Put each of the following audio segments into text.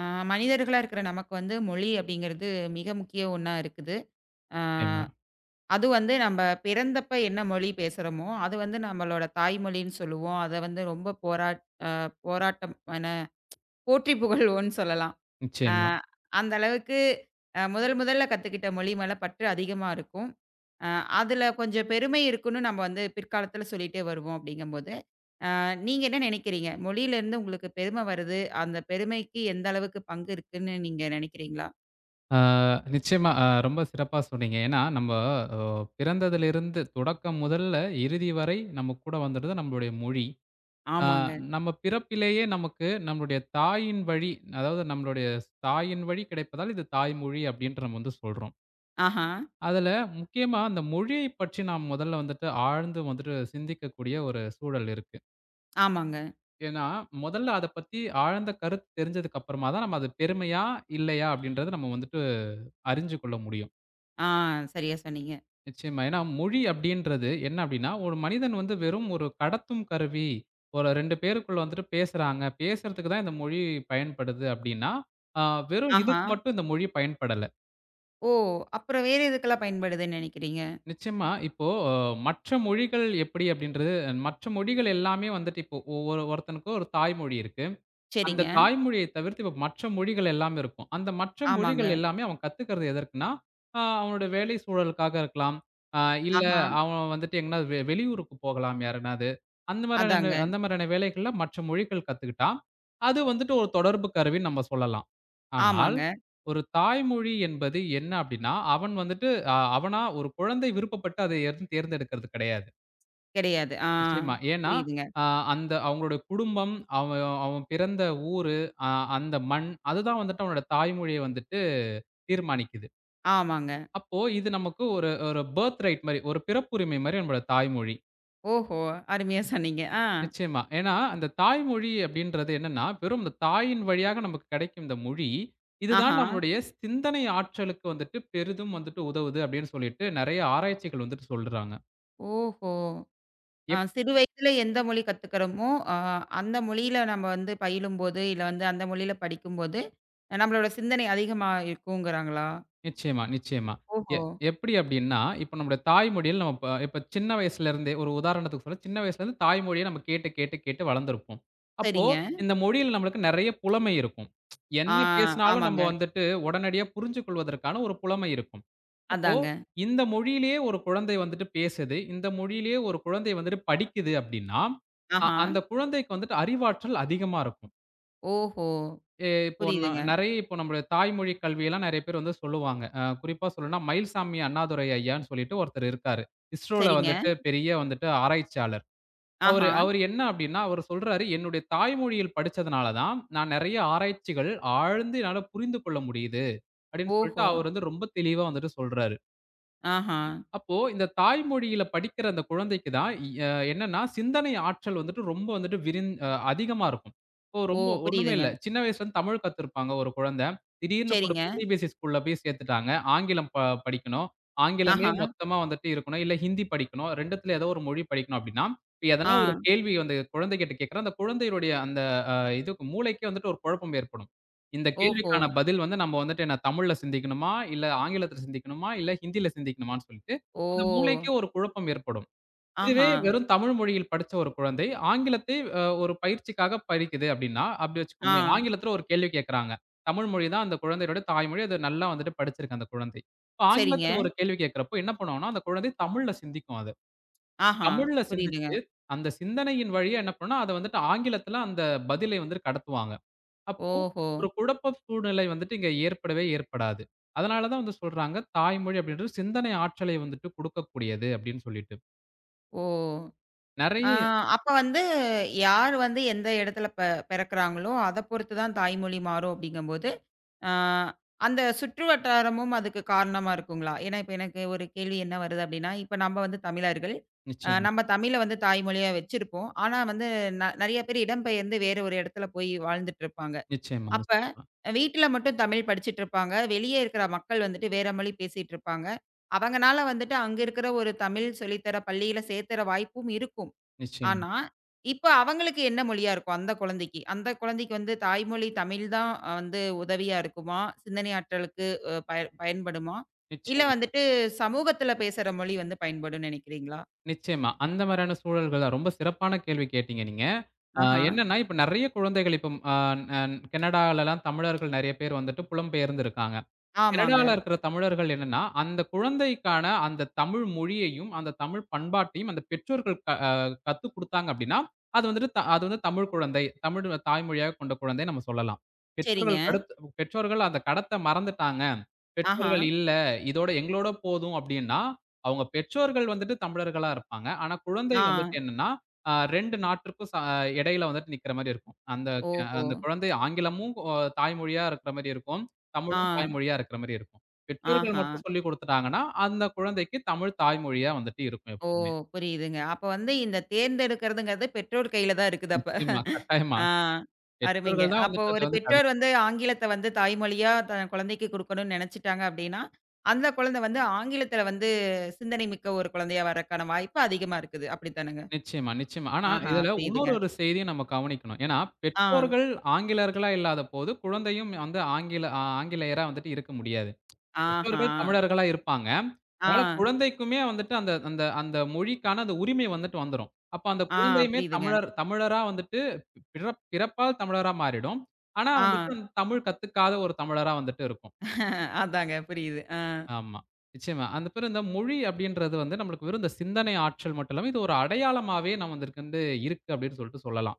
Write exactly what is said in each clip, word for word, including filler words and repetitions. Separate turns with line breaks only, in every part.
ஆ மனிதர்களா இருக்கிற நமக்கு வந்து மொழி அப்படிங்கிறது மிக முக்கிய ஒண்ணா இருக்குது. ஆ
நிச்சயமா,
அது வந்து நம்ப பிறந்தப்ப என்ன மொழி பேசுறோமோ, அது வந்து நம்மளோட தாய்மொழின்னு சொல்லுவோம். அத வந்து ரொம்ப போராட் போராட்டம் என போற்றி புகழ்வோம்ன்னு சொல்லலாம். ஆ
நிச்சயமா.
அந்த அளவுக்கு அ முதல் முதல்ல கத்துக்கிட்ட மொழி மேல பற்று அதிகமா இருக்கும். அ அதுல கொஞ்சம் பெருமை இருக்குன்னு நம்ம வந்து பிற்காலத்துல சொல்லிட்டே வருவோம் அப்படிங்கும்போது, அ நீங்க என்ன நினைக்கிறீங்க? மொழியிலேருந்து உங்களுக்கு பெருமை வருது. அந்த பெருமைக்கு எந்த அளவுக்கு பங்கு இருக்குன்னு நீங்க நினைக்கிறீங்களா?
ஆ நிச்சயமா அ ரொம்ப சிறப்பா சொன்னீங்க. ஏன்னா, நம்ம அ பிறந்ததிலிருந்து தொடக்கம் முதல்ல இறுதி வரை நம்ம கூட வந்துடுது நம்மளுடைய மொழி. ஆ
ஆமாங்க.
நம்ம பிறப்பிலேயே நமக்கு நம்மளுடைய தாயின் வழி, அதாவது நம்மளுடைய தாயின் வழி கிடைப்பதால் இது தாய்மொழி அப்படின்ட்டு நம்ம வந்து சொல்றோம்.
ஆஹா.
அதில முக்கியமா அந்த மொழியை பற்றி நாம் முதல்ல வந்துட்டு ஆழ்ந்து வந்துட்டு சிந்திக்கக்கூடிய ஒரு சூழல் இருக்கு.
ஆமாங்க.
ஏன்னா, முதல்ல அத பத்தி ஆழ்ந்த கருத்து தெரிஞ்சதுக்கு அப்புறமா தான் நம்ம அது பெருமையா, இல்லையா அப்படின்றத நம்ம வந்துட்டு அறிஞ்சு கொள்ள முடியும்.
ஆ சரியா சொன்னீங்க.
நிச்சயமா. ஏன்னா மொழி அப்படின்றது என்ன அப்படின்னா, ஒரு மனிதன் வந்து வெறும் ஒரு கடத்தும் கருவி. ஒரு ரெண்டு பேருக்குள்ள வந்துட்டு பேசுறாங்க. பேசுறதுக்கு தான் இந்த மொழி பயன்படுது அப்படின்னா, அ வெறும்
ஆஹா.
இதுக்கு மட்டும் இந்த மொழி பயன்படல.
ஓ! அப்புறம் வேற எதுக்கெல்லாம் பயன்படுதுன்னு நெனைக்கிறீங்க?
நிச்சயமா இப்போ அ மற்ற மொழிகள் எப்படி அப்படின்றது மற்ற மொழிகள் எல்லாமே வந்துட்டு இப்போ ஒவ்வொரு ஒருத்தனுக்கு ஒரு தாய்மொழி இருக்கு. அந்த
சரிங்க.
தாய்மொழியை தவிர்த்து இப்ப மற்ற மொழிகள் எல்லாமே இருக்கும். அந்த மற்ற
ஆமாங்க.
மொழிகள் எல்லாமே அவன் கத்துக்கிறது எதற்குன்னா, அ அவனோட வேலை சூழலுக்காக இருக்கலாம். அ இல்ல
ஆஹா.
அவன் வந்துட்டு எங்கனா வெ வெளியூருக்கு போகலாம் யாருனாது. அந்த மாரியான
அதாங்க.
அந்த மாரியான வேலைகள்ல மற்ற மொழிகள் கத்துக்கிட்டான். அது வந்துட்டு ஒரு தொடர்பு கருவின்னு நம்ம சொல்லலாம். ஆனால்,
ஆமாங்க.
ஒரு தாய்மொழி என்பது என்ன அப்டின்னா, அவன் வந்துட்டு அ அவனா ஒரு குழந்தை விருப்பப்பட்டு அதை எதுவும் தேர்ந்தெடுக்கிறது கிடையாது.
கிடையாது. ஆ
நிச்சயமா. ஏன்னா,
புரியுதுங்க.
அ அந்த அவங்களோட குடும்பம், அவன் அவன் பிறந்த ஊரு, அ அந்த மண், அதுதான் வந்துட்டு அவனோட தாய்மொழிய வந்துட்டு தீர்மானிக்குது.
ஆமாங்க.
அப்போ இது நமக்கு ஒரு ஒரு பர்த் ரைட் மாரி, ஒரு பிறப்புரிமை மாரி நம்மளோட தாய்மொழி.
ஓஹோ! அருமையா சொன்னீங்க. ஆ.
நிச்சயமா. ஏன்னா, அந்த தாய்மொழி அப்படின்றது என்னன்னா, வெறும் இந்த தாயின் வழியாக நமக்கு கிடைக்கும் இந்த மொழி, இதுதான்
ஆஹா.
நம்மளுடைய சிந்தனை ஆற்றலுக்கு வந்துட்டு பெரிதும் வந்துட்டு உதவுது அப்படின்னு சொல்லிட்டு நெறைய ஆராய்ச்சிகள் வந்துட்டு சொல்றாங்க.
ஓஹோ! அ சிறு வயதில எந்த மொழி கத்துக்கிறோமோ, அ அந்த மொழியில நம்ம வந்து பயிலும்போது, இல்ல வந்து அந்த மொழியில படிக்கும்போது, நம்மளோட சிந்தனை அதிகமா இருக்குங்கிறாங்களா?
நிச்சயமா, நிச்சயமா. எ
ஓஹோ!
எப்படி அப்படின்னா, இப்ப நம்முடைய தாய்மொழியில் நம்ம இப்ப இப்ப சின்ன வயசுலருந்தே ஒரு உதாரணத்துக்கு சொல்ல, சின்ன வயசுலருந்து தாய்மொழிய நம்ம கேட்டு, கேட்டு, கேட்டு வளர்ந்திருப்போம். அப்போ
சரிங்க.
இந்த மொழியில நம்மளுக்கு நெறைய புலமை இருக்கும்.
ஆ
என்ன பேசினாலும் நம்ம
ஆமாங்க.
வந்துட்டு உடனடியா புரிஞ்சு கொள்வதற்கான ஒரு புலமை இருக்கும். அப்போ
அதாங்க.
இந்த மொழியிலேயே ஒரு குழந்தை வந்துட்டு பேசுது, இந்த மொழியிலேயே ஒரு குழந்தை வந்துட்டு படிக்குது அப்படின்னா, அ
ஆஹா.
அந்த குழந்தைக்கு வந்துட்டு அறிவாற்றல் அதிகமா இருக்கும்.
ஓஹோ!
எ இப்போ ந
புரியுதுங்க.
நெறைய இப்போ நம்முடைய தாய்மொழி கல்வியெல்லாம் நெறைய பேர் வந்து சொல்லுவாங்க. அ குறிப்பா சொல்லணும்னா, மயில்சாமி அண்ணாதுரை ஐயான்னு சொல்லிட்டு ஒருத்தர் இருக்காரு. இஸ்ரோல
சரிங்க.
வந்துட்டு பெரிய வந்துட்டு ஆராய்ச்சியாளர். அவரு
ஆஹா!
அவரு என்ன அப்டின்னா, அவரு சொல்றாரு, "என்னுடைய தாய்மொழியில் படிச்சதுனால தான், நான் நெறைய ஆராய்ச்சிகள் ஆழ்ந்து என்னால புரிந்து கொள்ள முடியுது." அப்டின்னு சொல்லிட்டு
ஓஹோ!
அவர் வந்து ரொம்ப தெளிவா வந்துட்டு சொல்றாரு.
ஆஹா!
அப்போ இந்த தாய்மொழியில படிக்கிற அந்த குழந்தைக்கு தான் இ அ என்னன்னா, சிந்தனை ஆற்றல் வந்துட்டு ரொம்ப வந்துட்டு விரிந் அ அதிகமா இருக்கும். இப்போ
ஓ!
ரொம்ப ஒண்ணுமே
புரியுதுங்க.
இல்ல. சின்ன வயசுலருந்து தமிழ் கத்துருப்பாங்க ஒரு குழந்தை. திடீர்னு கொண்டு
சரிங்க.
போய் சிபிஎஸ்இ ஸ்கூல்ல போய் சேர்த்துட்டாங்க. ஆங்கிலம் ப படிக்கணும். ஆங்கிலமே
ஆஹா!
மொத்தமா வந்துட்டு இருக்கணும். இல்ல ஹிந்தி படிக்கணும். 2த்துல ஏதோ ஒரு மொழி படிக்கணும் அப்படின்னா, இப்ப
ஆ.
எதனா ஒரு கேள்வி வந்து குழந்தைகிட்ட கேட்கிறோம். அந்த குழந்தையுடைய அந்த அ இதுக்கு மூளைக்கே வந்துட்டு ஒரு குழப்பம் ஏற்படும். இந்த
ஓஹோ!
கேள்விக்கான பதில் வந்து நம்ம வந்துட்டு என்ன தமிழ்ல சிந்திக்கணுமா? இல்ல ஆங்கிலத்தில சிந்திக்கணுமா? இல்ல ஹிந்தியில சிந்திக்கணுமான்னு சொல்லிட்டு
ஓ!
அந்த மூளைக்கே ஒரு குழப்பம் ஏற்படும். இதுவே
ஆஹா!
வெறும் தமிழ் மொழியில் படிச்ச ஒரு குழந்தை, ஆங்கிலத்தை அ ஒரு பயிற்சிக்காக படிக்குது அப்படின்னா, அப்படி
ஆ.
வச்சுக்கோமே, ஆங்கிலத்தில ஒரு கேள்வி கேட்கறாங்க. தமிழ் மொழி தான் அந்த குழந்தையோட தாய்மொழி. அது நல்லா வந்துட்டு படிச்சிருக்கு அந்த குழந்தை. இப்ப
சரிங்க.
ஆங்கிலத்தில ஒரு கேள்வி கேட்கிறப்போ என்ன பண்ணும்னா, அந்த குழந்தை தமிழ்ல சிந்திக்கும் அது.
ஆஹா!
தமிழ்ல
புரியுதுங்க.
சிந்திச்சு, அந்த சிந்தனையின் வழியா என்ன பண்ணும்னா, அத வந்துட்டு ஆங்கிலத்தில அந்த பதிலை வந்து கடத்துவாங்க. அப்போ
ஓஹோ!
ஒரு குழப்ப சூழ்நிலை வந்துட்டு இங்க ஏற்படவே ஏற்படாது. அதனால தான் வந்து சொல்றாங்க, தாய்மொழி அப்படின்றது சிந்தனை ஆற்றலை வந்துட்டு குடுக்கக்கூடியது அப்படின்னு சொல்லிட்டு.
ஓ!
நெறைய
ஆ அப்ப வந்து யார் வந்து எந்த இடத்துல பெ பிறக்குறாங்களோ, அத பொறுத்து தான் தாய்மொழி மாறும் அப்படிங்கும்போது, ஆ அந்த சுற்று வட்டாரமும் அதுக்கு காரணமா இருக்குங்களா? ஏன்னா, இப்ப எனக்கு ஒரு கேள்வி என்ன வருது அப்படின்னா, இப்ப நம்ம வந்து தமிழர்கள். அ
நிச்சயமா,
நம்ம தமிழ வந்து தாய்மொழியா வச்சிருப்போம். ஆனா வந்து ந நெறைய பேர் இடம்பெயர்ந்து வேற ஒரு இடத்துல போய் வாழ்ந்துட்டு இருப்பாங்க.
நிச்சயமா,
அப்ப
நிச்சயமா,
வீட்ல மட்டும் தமிழ் படிச்சுட்டு இருப்பாங்க. வெளியே இருக்கிற மக்கள் வந்துட்டு வேற மொழி பேசிட்டு இருப்பாங்க. அவங்கனால வந்துட்டு அங்க இருக்கிற ஒரு தமிழ் சொல்லித்தர பள்ளியில சேர்த்துற வாய்ப்பும் இருக்கும்.
நிச்சயமா,
ஆனா, இப்ப அவங்களுக்கு என்ன மொழியா இருக்கும் அந்த குழந்தைக்கு? அந்த குழந்தைக்கு வந்து தாய்மொழி தமிழ் தான் அஹ், வந்து உதவியா இருக்குமா? சிந்தனை ஆற்றலுக்கு அ பய பயன்படுமா? இல்ல
நிச்சயமா,
வந்துட்டு சமூகத்துல பேசுற மொழி வந்து பயன்படும்னு நினைக்கிறீங்களா?
நிச்சயமா. அந்த மாரியான சூழல்கள் தான். ரொம்ப சிறப்பான கேள்வி கேட்டீங்க நீங்க. ஆ
ஆஹா.
என்னன்னா, இப்ப நெறைய குழந்தைகள் இப்ப அ நன் கனடாலலாம் தமிழர்கள் நெறைய பேர் வந்துட்டு புலம்பெயர்ந்து இருக்காங்க.
ஆமாங்க.
கனடால இருக்கிற தமிழர்கள் என்னன்னா, அந்த குழந்தைக்கான அந்த தமிழ் மொழியையும், அந்த தமிழ் பண்பாட்டையும் அந்த பெற்றோர்கள் க அ கத்துக் குடுத்தாங்க அப்டின்னா, அது வந்துட்டு த அது வந்து தமிழ் குழந்தை, தமிழ் தாய்மொழியாக கொண்ட குழந்தை நம்ம சொல்லலாம்.
சரிங்க.
பெற்றோர்கள் கடுத் பெற்றோர்கள் அந்த கடத்த மறந்துட்டாங்க.
ஆஹா.
பெற்றோர்கள் இல்ல, இதோட எங்களோட போதும் அப்டின்னா, அவங்க பெற்றோர்கள் வந்துட்டு தமிழர்களா இருப்பாங்க. ஆனா குழந்தை
ஆ.
வந்துட்டு என்னன்னா ஆ ரெண்டு நாட்டிற்கும் ச இடையில வந்துட்டு நிக்கிற மாரி இருக்கும். அந்த அ
ஓஹோ!
அந்த குழந்தை ஆங்கிலமும் அ தாய்மொழியா இருக்கிற மாரி இருக்கும்.
ஆ.
தமிழும் தாய்மொழியா இருக்கிற மாரி இருக்கும். பெற்றோர்கள்
ஆஹா.
மட்டும் சொல்லிக் குடுத்துட்டாங்கன்னா, அந்த குழந்தைக்கு தமிழ் தாய்மொழியா வந்துட்டு இருக்கும்
ஓ!
எப்பவுமே.
புரியுதுங்க. அப்ப வந்து இந்த தேர்ந்தெடுக்கிறதுங்கிறது பெற்றோர் கையில தான் இருக்குது அப்ப.
நிச்சயமா, கட்டாயமா.
ஆ. அருமைங்க.
பெற்றோர்கள் தான்
அப்போ
வந்துட்டு அத
ஒரு
வந்து தடு
பெற்றோர் வந்து ஆங்கிலத்த வந்து தாய்மொழியா தன் குழந்தைக்கு குடுக்கணும்னு நினைச்சுட்டாங்க அப்படின்னா, அந்த குழந்தை வந்து ஆங்கிலத்தில வந்து சிந்தனை மிக்க ஒரு குழந்தையா வரக்கான வாய்ப்பு அதிகமா இருக்குது. அப்படித்தானங்க?
நிச்சயமா, நிச்சயமா. ஆனா,
ஆஹா,
இதுல இன்னொரு
புரியுதுங்க.
ஒரு செய்தியும் நம்ம கவனிக்கணும். ஏன்னா,
ஆ.
பெற்றோர்கள் ஆங்கிலேயர்களா இல்லாதபோது, குழந்தையும் வந்து ஆங்கில ஆங்கிலேயரா வந்துட்டு இருக்க முடியாது.
ஆஹா.
பெற்றோர்கள் தமிழர்களா இருப்பாங்க.
ஆ.
அதனால குழந்தைக்குமே வந்துட்டு அந்த அந்த அந்த மொழிக்கான அந்த உரிமை வந்துட்டு வந்துரும். அப்ப அந்த
ஆ
குழந்தையுமே
புரியுதுங்க.
தமிழர் தமிழரா வந்துட்டு பிறப் பிறப்பால் தமிழரா மாறிடும். ஆனா
ஆ.
வந்துட்டு அந்த தமிழ் கத்துக்காத ஒரு தமிழரா வந்துட்டு இருக்கும்.
அ அதாங்க புரியுது. ஆ.
ஆமா. நிச்சயமா. அந்த பேரு இந்த மொழி அப்படின்றது வந்து நம்மளுக்கு வெறும் இந்த சிந்தனை ஆற்றல் மட்டும் இல்லாம, இது ஒரு அடையாளமாவே நம்ம வந்து இருக்கு அப்படின்னு சொல்லிட்டு சொல்லலாம்.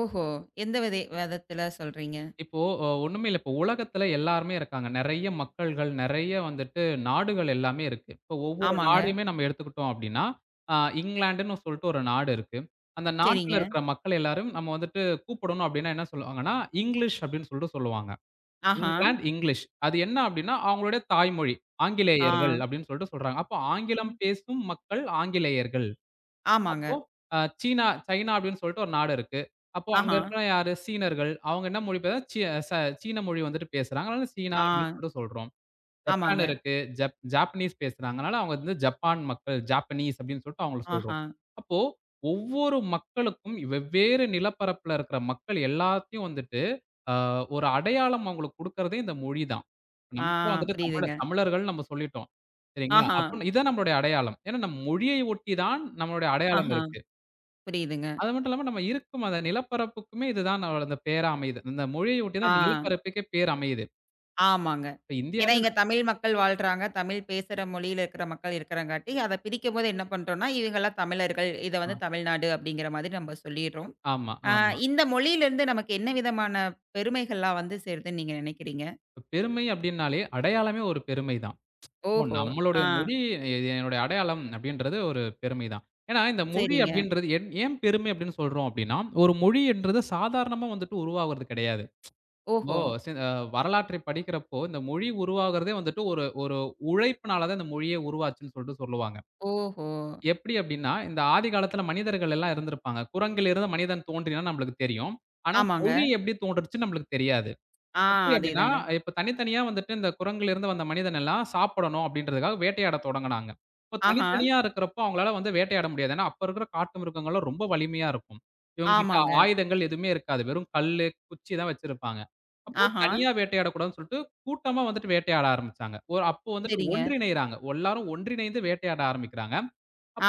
ஓஹோ! எந்த விதை விதத்துல சொல்றீங்க?
இப்போ அ ஒண்ணுமே இல்ல. இப்போ உலகத்துல எல்லாருமே இருக்காங்க. நெறைய மக்கள்கள், நெறைய வந்துட்டு நாடுகள் எல்லாமே இருக்கு. இப்போ ஒவ்வொரு
ஆமாங்க.
நாடையுமே நம்ம எடுத்துக்கிட்டோம் அப்டின்னா, அ இங்கிலாண்டுன்னு சொல்லிட்டு ஒரு நாடு இருக்கு. அந்த ம். நாட்டுல
சரிங்க.
இருக்கிற மக்கள் எல்லாரும் நம்ம வந்துட்டு கூப்பிடணும் அப்டின்னா என்ன சொல்லுவாங்கன்னா, இங்கிலீஷ் அப்டின்னு சொல்லிட்டு சொல்லுவாங்க.
ஆஹா.
England English. அது என்ன அப்டின்னா, அவங்களுடைய தாய்மொழி.
ஆ.
ஆங்கிலேயர்கள் அப்டின்னு சொல்லிட்டு சொல்றாங்க. அப்போ ஆங்கிலம் பேசும் மக்கள் ஆங்கிலேயர்கள்.
ஆமாங்க.
அப்போ அ சீனா சைனா அப்படின்னு சொல்லிட்டு ஒரு நாடு இருக்கு. அப்போ அங்க
ஆஹா.
இருக்கிற யாரு? சீனர்கள். அவங்க என்ன மொழி பே சீ ச சீன மொழி வந்துட்டு பேசுறாங்க. அதனால சீனா
ஆ.
அப்படின்னு சொல்லிட்டு சொல்றோம். ஜப்பான்
ஆமாங்க.
இருக்கு. ஜப் ஜாப்பனீஸ் பேசுறாங்க. அதனால அவங்க வந்து ஜப்பான் மக்கள், ஜாப்பனீஸ் அப்படின்னு சொல்லிட்டு அவங்கள சொல்றோம்.
ஆஹா.
அப்போ ஒவ்வொரு மக்களுக்கும் வெவ்வேறு நிலப்பரப்புல இருக்கிற மக்கள் எல்லாத்தையும் வந்துட்டு, அ ஒரு அடையாளம் அவங்களுக்கு குடுக்கிறதே இந்த மொழி தான்.
ஆ
நமக்கும் வந்துட்டு
புரியுதுங்க.
தமிழர் தமிழர்கள் நம்ம சொல்லிட்டோம். சரிங்களா?
ஆஹா.
அப்போ இதான் நம்மளுடைய அடையாளம். ஏன்னா நம் மொழியை ஒட்டி தான் நம்மளுடைய அடையாளம்
ஆஹா.
இருக்கு.
புரியுதுங்க.
அது மட்டும் இல்லாம நம்ம இருக்கும் அந்த நிலப்பரப்புக்குமே இதுதான் அவ அந்த பேரா அமையுது. இந்த மொழிய ஒட்டி தான்
ஆ.
அந்த நிலப்பரப்புக்கே பேர் அமையுது.
ஆமாங்க.
இப்ப
ஏன்னா
இந்தியால
இங்க தமிழ் மக்கள் வாழ்றாங்க. தமிழ் பேசுற மொழியில இருக்கிற மக்கள் இருக்கிறங்காட்டி, அத பிரிக்கும்போது என்ன பண்றோம்னா, இவங்கலாம் தமிழர்கள். இத
ஆ
வந்து தமிழ்நாடு அப்படிங்கிற மாதிரி நம்ம சொல்லிடுறோம்.
ஆமா,
ஆ
ஆமா.
இந்த மொழியிலிருந்து நமக்கு என்ன விதமான பெருமைகள்லாம் வந்து சேருதுன்னு நீங்க நினைக்கிறீங்க?
இப்ப பெருமை அப்டின்னாலே அடையாளமே ஒரு பெருமை தான். ஓ
ஓஹோ!
நம்மளுடைய
ஆ.
மொழி இது என்னுடைய அடையாளம் அப்டின்றது ஒரு பெருமை தான். ஏன்னா இந்த மொழி
சரிங்க.
அப்டின்றது என் ஏன் பெருமை அப்டின்னு சொல்றோம் அப்டின்னா, ஒரு மொழி என்றது சாதாரணமா வந்துட்டு உருவாகுறது கிடையாது. ஓ
ஓஹோ!
சி அ வரலாற்றை படிக்கிறப்போ இந்த மொழி உருவாகுறதே வந்துட்டு ஒரு ஒரு உழைப்பினால தான் இந்த மொழியே உருவாச்சுன்னு சொல்லிட்டு சொல்லுவாங்க.
ஓஹோ!
எப்படி அப்படின்னா, இந்த ஆதி காலத்துல மனிதர்கள் எல்லாம் இருந்திருப்பாங்க. குரங்கிலிருந்து மனிதன் தோன்றினான்னு நம்மளுக்கு தெரியும். ஆனா,
ஆமாங்க.
மொழி எப்படி தோன்றுச்சுன்னு நம்மளுக்கு தெரியாது.
ஆ
எப்படி அப்படின்னா,
அதேதாங்க.
இப்ப தனித்தனியா வந்துட்டு இந்த குரங்கிலிருந்து வந்த மனிதன் எல்லாம் சாப்பிடணும் அப்படின்றதுக்காக வேட்டையாட தொடங்குனாங்க. இப்ப
ஆஹா!
தனித்தனியா இருக்கிறப்போ அவங்களால வந்து வேட்டையாட முடியாது. ஏன்னா, அப்ப இருக்கிற காட்டு மிருகங்கள்லாம் ரொம்ப வலிமையா இருக்கும். இவங்ககிட்ட
ஆமாங்க.
ஆயுதங்கள் எதுவுமே இருக்காது. வெறும் கல்லு, குச்சி தான் வச்சிருப்பாங்க. அப்போ
ஆஹா!
தனியா வேட்டையாடக்கூடாதுன்னு சொல்லிட்டு கூட்டமா வந்துட்டு வேட்டையாட ஆரம்பிச்சாங்க. ஒரு அப்போ வந்துட்டு
சரிங்க.
ஒன்றிணைறாங்க. எல்லாரும் ஒன்றிணைந்து வேட்டையாட ஆரம்பிக்கிறாங்க.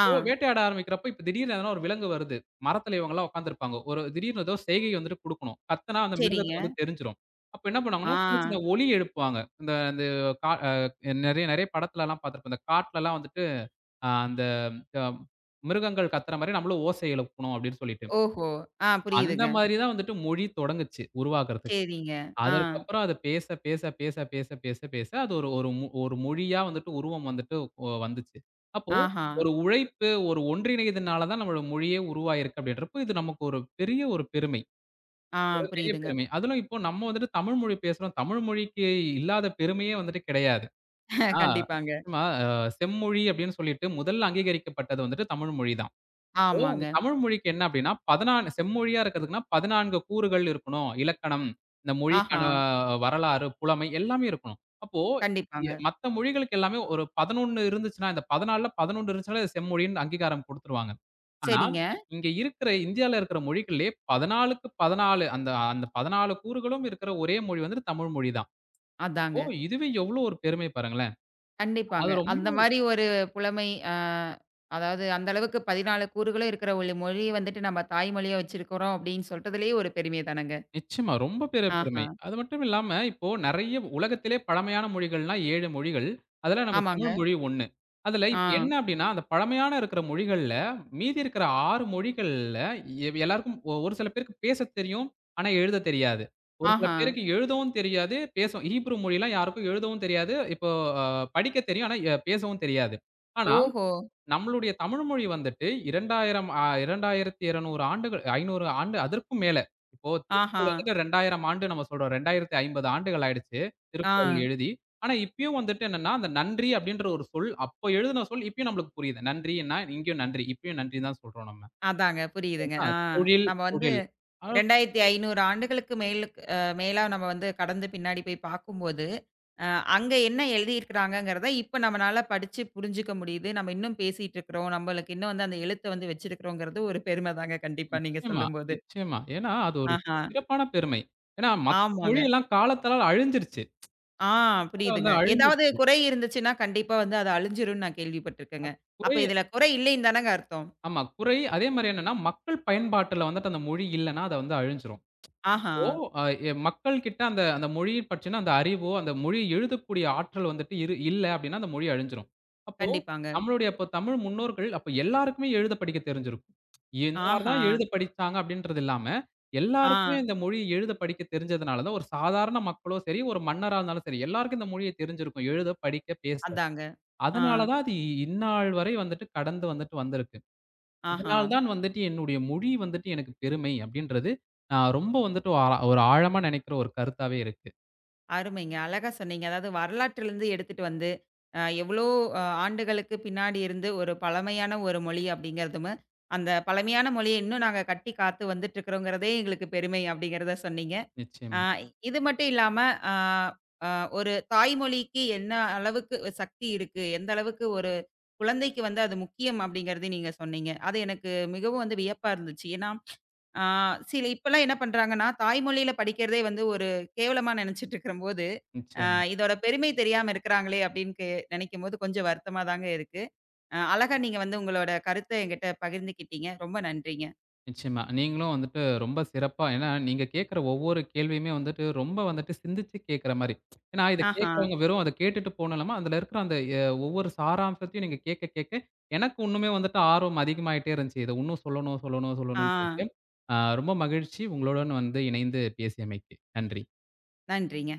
ஆ,
வேட்டையாட ஆரம்பிக்கிறப்போ, இப்ப திடீர்னு எதனா ஒரு விலங்கு வருது. மரத்துல இவங்கலாம் உட்கார்ந்திருப்பாங்க. ஒரு திடீர்னு ஏதோ செய்கை வந்துட்டு குடுக்கணும். கத்துனா அந்த
சரிங்க.
மிருகத்துக்கு வந்து தெரிஞ்சிரும். அப்ப என்ன
ஆ,
பண்ணுவாங்கன்னா, சின்ன சின்ன ஒலி எழுப்புவாங்க. இந்த இந்த கா அ நெறைய நெறைய படத்துலலாம் பார்த்திருப்போம். இந்த காட்டுலலாம் வந்துட்டு அ அந்த அ மிருகங்கள் கத்துற மாரி நம்மளும் ஓசை எழுப்பணும் அப்படின்னு சொல்லிட்டு.
ஓஹோ! ஆ
அந்த
புரியுதுங்க.
மாரி தான் வந்துட்டு மொழி தொடங்குச்சு உருவாகுறதுக்கு.
சரிங்க. ஆ,
அதற்கப்புறம் அத பேச, பேச, பேச, பேச, பேச, பேச அது ஒரு ஒரு மொ ஒரு மொழியா வந்துட்டு உருவம் வந்துட்டு ஒ வந்துச்சு. அப்போ
ஆஹா!
ஒரு உழைப்பு, ஒரு ஒன்றிணைதனால தான் நம்மளோட மொழியே உருவாயிருக்கு அப்படின்றப்போ, இது நமக்கு ஒரு பெரிய ஒரு பெருமை.
ஆ
மிகப்பெரிய
புரியுதுங்க.
பெருமை. அதிலும் இப்போ நம்ம வந்துட்டு தமிழ் மொழி பேசுறோம். தமிழ் மொழிக்கு இல்லாத பெருமையே வந்துட்டு கிடையாது. ஆ
கண்டிப்பாங்க.
நிச்சயமா அ செம்மொழி அப்படின்னு சொல்லிட்டு முதல்ல அங்கீகரிக்கப்பட்டது வந்துட்டு தமிழ் மொழி தான். இந்த
ஆமாங்க.
தமிழ் மொழிக்கு என்ன அப்டின்னா, பதினாலு செம்மொழியா இருக்கிறதுக்குன்னா, பதினாலு கூறுகள் இருக்கணும். இலக்கணம், இந்த மொழிக்கான
ஆஹா!
வரலாறு, புலமை எல்லாமே இருக்கணும். அப்போ எ
கண்டிப்பாங்க.
மத்த மொழிகளுக்கு எல்லாமே ஒரு பதினொன்னு இருந்துச்சுன்னா, இந்த 14ல பதினொன்னு இருந்துச்சுனாலே அது செம்மொழின்னு அங்கீகாரம் குடுத்துருவாங்க. ஆனா,
சரிங்க.
இங்க இருக்கிற இந்தியால இருக்கிற மொழிகள்லயே 14க்கு பதினாலு அந்த அந்த பதினாலு கூறுகளும் இருக்கிற ஒரே மொழி வந்துட்டு தமிழ் மொழி தான். ஓ!
அதாங்க.
இதுவே எவ்ளோ ஒரு பெருமை பாருங்களேன். அது
கண்டிப்பாங்க.
ரொம்ப
அந்த மாரி ஒரு புலமை அ அதாவது அந்த அளவுக்கு பதினான்கு கூறுகளும் இருக்கிற ஒரு மொழிய வந்துட்டு நம்ம தாய்மொழியா வச்சிருக்கிறோம் அப்படின்னு சொல்றதுலயே ஒரு பெருமை தானங்க.
நிச்சயமா. ரொம்ப பெரிய பெருமை.
ஆஹா!
அது மட்டும் இல்லாம, இப்போ நெறைய உலகத்திலே பழமையான மொழிகள்னா ஏழு மொழிகள். அதுல நம்ம
ஆமாங்க.
தமிழ் மொழி ஒன்னு. அதுல
ஆ,
இப்ப என்ன அப்டின்னா, அந்த பழமையான இருக்கிற மொழிகள்ல, மீதி இருக்கிற ஆறு மொழிகள்ல எ எல்லாருக்கும் ஒ ஒரு சில பேருக்கு பேசத் தெரியும். ஆனா எழுதத் தெரியாது. ஒரு சில
ஆஹா!
பேருக்கு எழுதவும் தெரியாது, பேசவும் ஹீப்ரு மொழிலாம் யாருக்கும் எழுதவும் தெரியாது. இப்போ அ படிக்கத் தெரியும். ஆனா எ பேசவும் தெரியாது. ஆனா
ஓஹோ!
நம்மளுடைய தமிழ் மொழி வந்துட்டு இரண்டாயிரம் ஆ இரண்டாயிரத்து இருநூறு ஆண்டுகள் ஐநூறு ஆண்டு அதற்கும் மேல. இப்போ
ஆஹா!
திருக்குறள் வந்துட்டு இரண்டாயிரம் ஆண்டு நம்ம சொல்றோம். இரண்டாயிரத்து ஐம்பது ஆண்டுகள் ஆயிடுச்சு
ஆ.
திருக்குறள் எழுதி. ஆனா இப்பயும் வந்துட்டு என்னன்னா, அந்த நன்றி அப்படின்ற ஒரு சொல் அப்ப எழுதின சொல் இப்பயும் நம்மளுக்கு புரியுது. நன்றின்னா இங்கேயும் நன்றி. இப்பயும் நன்றி தான் சொல்றோம் நம்ம.
அதாங்க புரியுதுங்க.
சரிங்களா?
ஆ
தொழில்,
நம்ம வந்து
தொழில். ஆ
இரண்டாயிரத்து ஐநூறு ஆண்டுகளுக்கு மேலுக்கு அ மேலா நம்ம வந்து கடந்து பின்னாடி போய் பார்க்கும்போது, அ அங்க என்ன எழுதியிருக்கிறாங்கங்கிறத இப்ப நம்மனால படிச்சு புரிஞ்சுக்க முடியுது. நம்ம இன்னும் பேசிட்டு இருக்கிறோம். நம்மளுக்கு இன்னும் வந்து அந்த எழுத்த வந்து வச்சிருக்கிறோங்கிறது ஒரு பெருமை தாங்க கண்டிப்பா நீங்க
நிச்சயமா,
சொல்லும்போது.
நிச்சயமா. ஏன்னா அது ஒரு
ஆஹா.
சிறப்பான பெருமை. ஏன்னா மத்த
ஆமாங்க.
மொழியெல்லாம் காலத்தால அழிஞ்சிருச்சு.
ஆ
அத வந்து
புரியுதுங்க. ஏதாவது
அழிஞ்சிருச்சு.
குறை இருந்துச்சுன்னா கண்டிப்பா வந்து அது அழிஞ்சிரும்னு நான் கேள்விப்பட்டுருக்கேங்க.
குறை
அப்ப இதுல குறை இல்லைன்னு தானங்க அர்த்தம்?
ஆமா. குறை. அதே மாரி என்னன்னா, மக்கள் பயன்பாட்டுல வந்துட்டு அந்த மொழி இல்லன்னா, அத வந்து அழிஞ்சிரும்.
ஆஹா.
இப்போ அ எ மக்கள் கிட்ட அந்த அந்த மொழிய பற்றின அந்த அறிவோ, அந்த மொழி எழுதக்கூடிய ஆற்றல் வந்துட்டு இரு இல்ல அப்டின்னா, அந்த மொழி அழிஞ்சிரும். அப்போ
கண்டிப்பாங்க.
நம்மளுடைய இப்ப தமிழ் முன்னோர்கள் அப்ப எல்லாருக்குமே எழுத படிக்க தெரிஞ்சிருக்கும். எல்லார்
ஆஹா.
தான் எழுத படிச்சாங்க அப்டின்றது இல்லாம,
ஆ.
எல்லாருக்குமே இந்த மொழி எழுத படிக்க தெரிஞ்சதுனால தான், ஒரு சாதாரண மக்களோ சரி, ஒரு மன்னரா இருந்தாலும் சரி, எல்லாருக்கும் இந்த மொழிய தெரிஞ்சிருக்கும். எழுத, படிக்க, பேச.
அதாங்க. ஆ.
அதனால தான் அது இ இந்நாள் வரை வந்துட்டு கடந்து வந்துட்டு வந்திருக்கு.
ஆஹா.
இதனால் தான் வந்துட்டு என்னுடைய மொழி வந்துட்டு எனக்கு பெருமை அப்படின்றது, நான் ரொம்ப வந்துட்டு ஒரு ஆழ ஒரு ஆழமா நினைக்கிற ஒரு கருத்தாவே இருக்கு.
அருமைங்க. அழகா சொன்னீங்க. அதாவது வரலாற்றிலிருந்து எடுத்துட்டு வந்து, அ எவ்வளோ அ ஆண்டுகளுக்கு பின்னாடி இருந்து ஒரு பழமையான ஒரு மொழி அப்படிங்கிறதுமு, அந்த பழமையான மொழிய இன்னும் நாங்க கட்டி காத்து வந்துட்டுருக்கிறோங்கிறதே எங்களுக்கு பெருமை அப்படிங்கிறத சொன்னீங்க. அ
நிச்சயமா,
இது மட்டும் இல்லாம, அ அ ஒரு தாய்மொழிக்கு என்ன அளவுக்கு சக்தி இருக்கு, எந்த அளவுக்கு ஒரு குழந்தைக்கு வந்து அது முக்கியம் அப்படிங்கிறதையும் நீங்க சொன்னீங்க. அது எனக்கு மிகவும் வந்து வியப்பா இருந்துச்சு. ஏன்னா ஆ சில இப்பலாம் என்ன பண்றாங்கன்னா, தாய்மொழியில படிக்கிறதே வந்து ஒரு கேவலமா நெனச்சுட்டு இருக்கும்போது, அ
நிச்சயமா,
இதோட பெருமை தெரியாம இருக்கிறாங்களே அப்படின்னு கெ நெனைக்கும்போது கொஞ்சம் வருத்தமா தாங்க இருக்கு. அ அழகா நீங்க வந்து உங்களோட கருத்த என்கிட்ட பகிர்ந்துக்கிட்டீங்க. ரொம்ப நன்றிங்க.
நிச்சயமா. நீங்களும் வந்துட்டு ரொம்ப சிறப்பா ஏன்னா நீங்க கேட்கிற ஒவ்வொரு கேள்வியுமே வந்துட்டு ரொம்ப வந்துட்டு சிந்திச்சு கேட்கிற மாரி. ஏன்னா இத
ஆஹா.
கேட்கிறவங்க வெறும் அத கேட்டுட்டு போனலாம அதுல இருக்கிற அந்த எ ஒவ்வொரு சாராம்சத்தையும் நீங்க கேட்க கேட்க எனக்கு இன்னுமே வந்துட்டு ஆர்வம் அதிகமாயிட்டே இருந்துச்சு. இத இன்னும் சொல்லணும், சொல்லணும்,
ஆ.
சொல்லணும்னு சொல்லிட்டு. அ ரொம்ப மகிழ்ச்சி உங்களுடன் வந்து இணைந்து பேசியமைக்கு. நன்றி.
நன்றிங்க.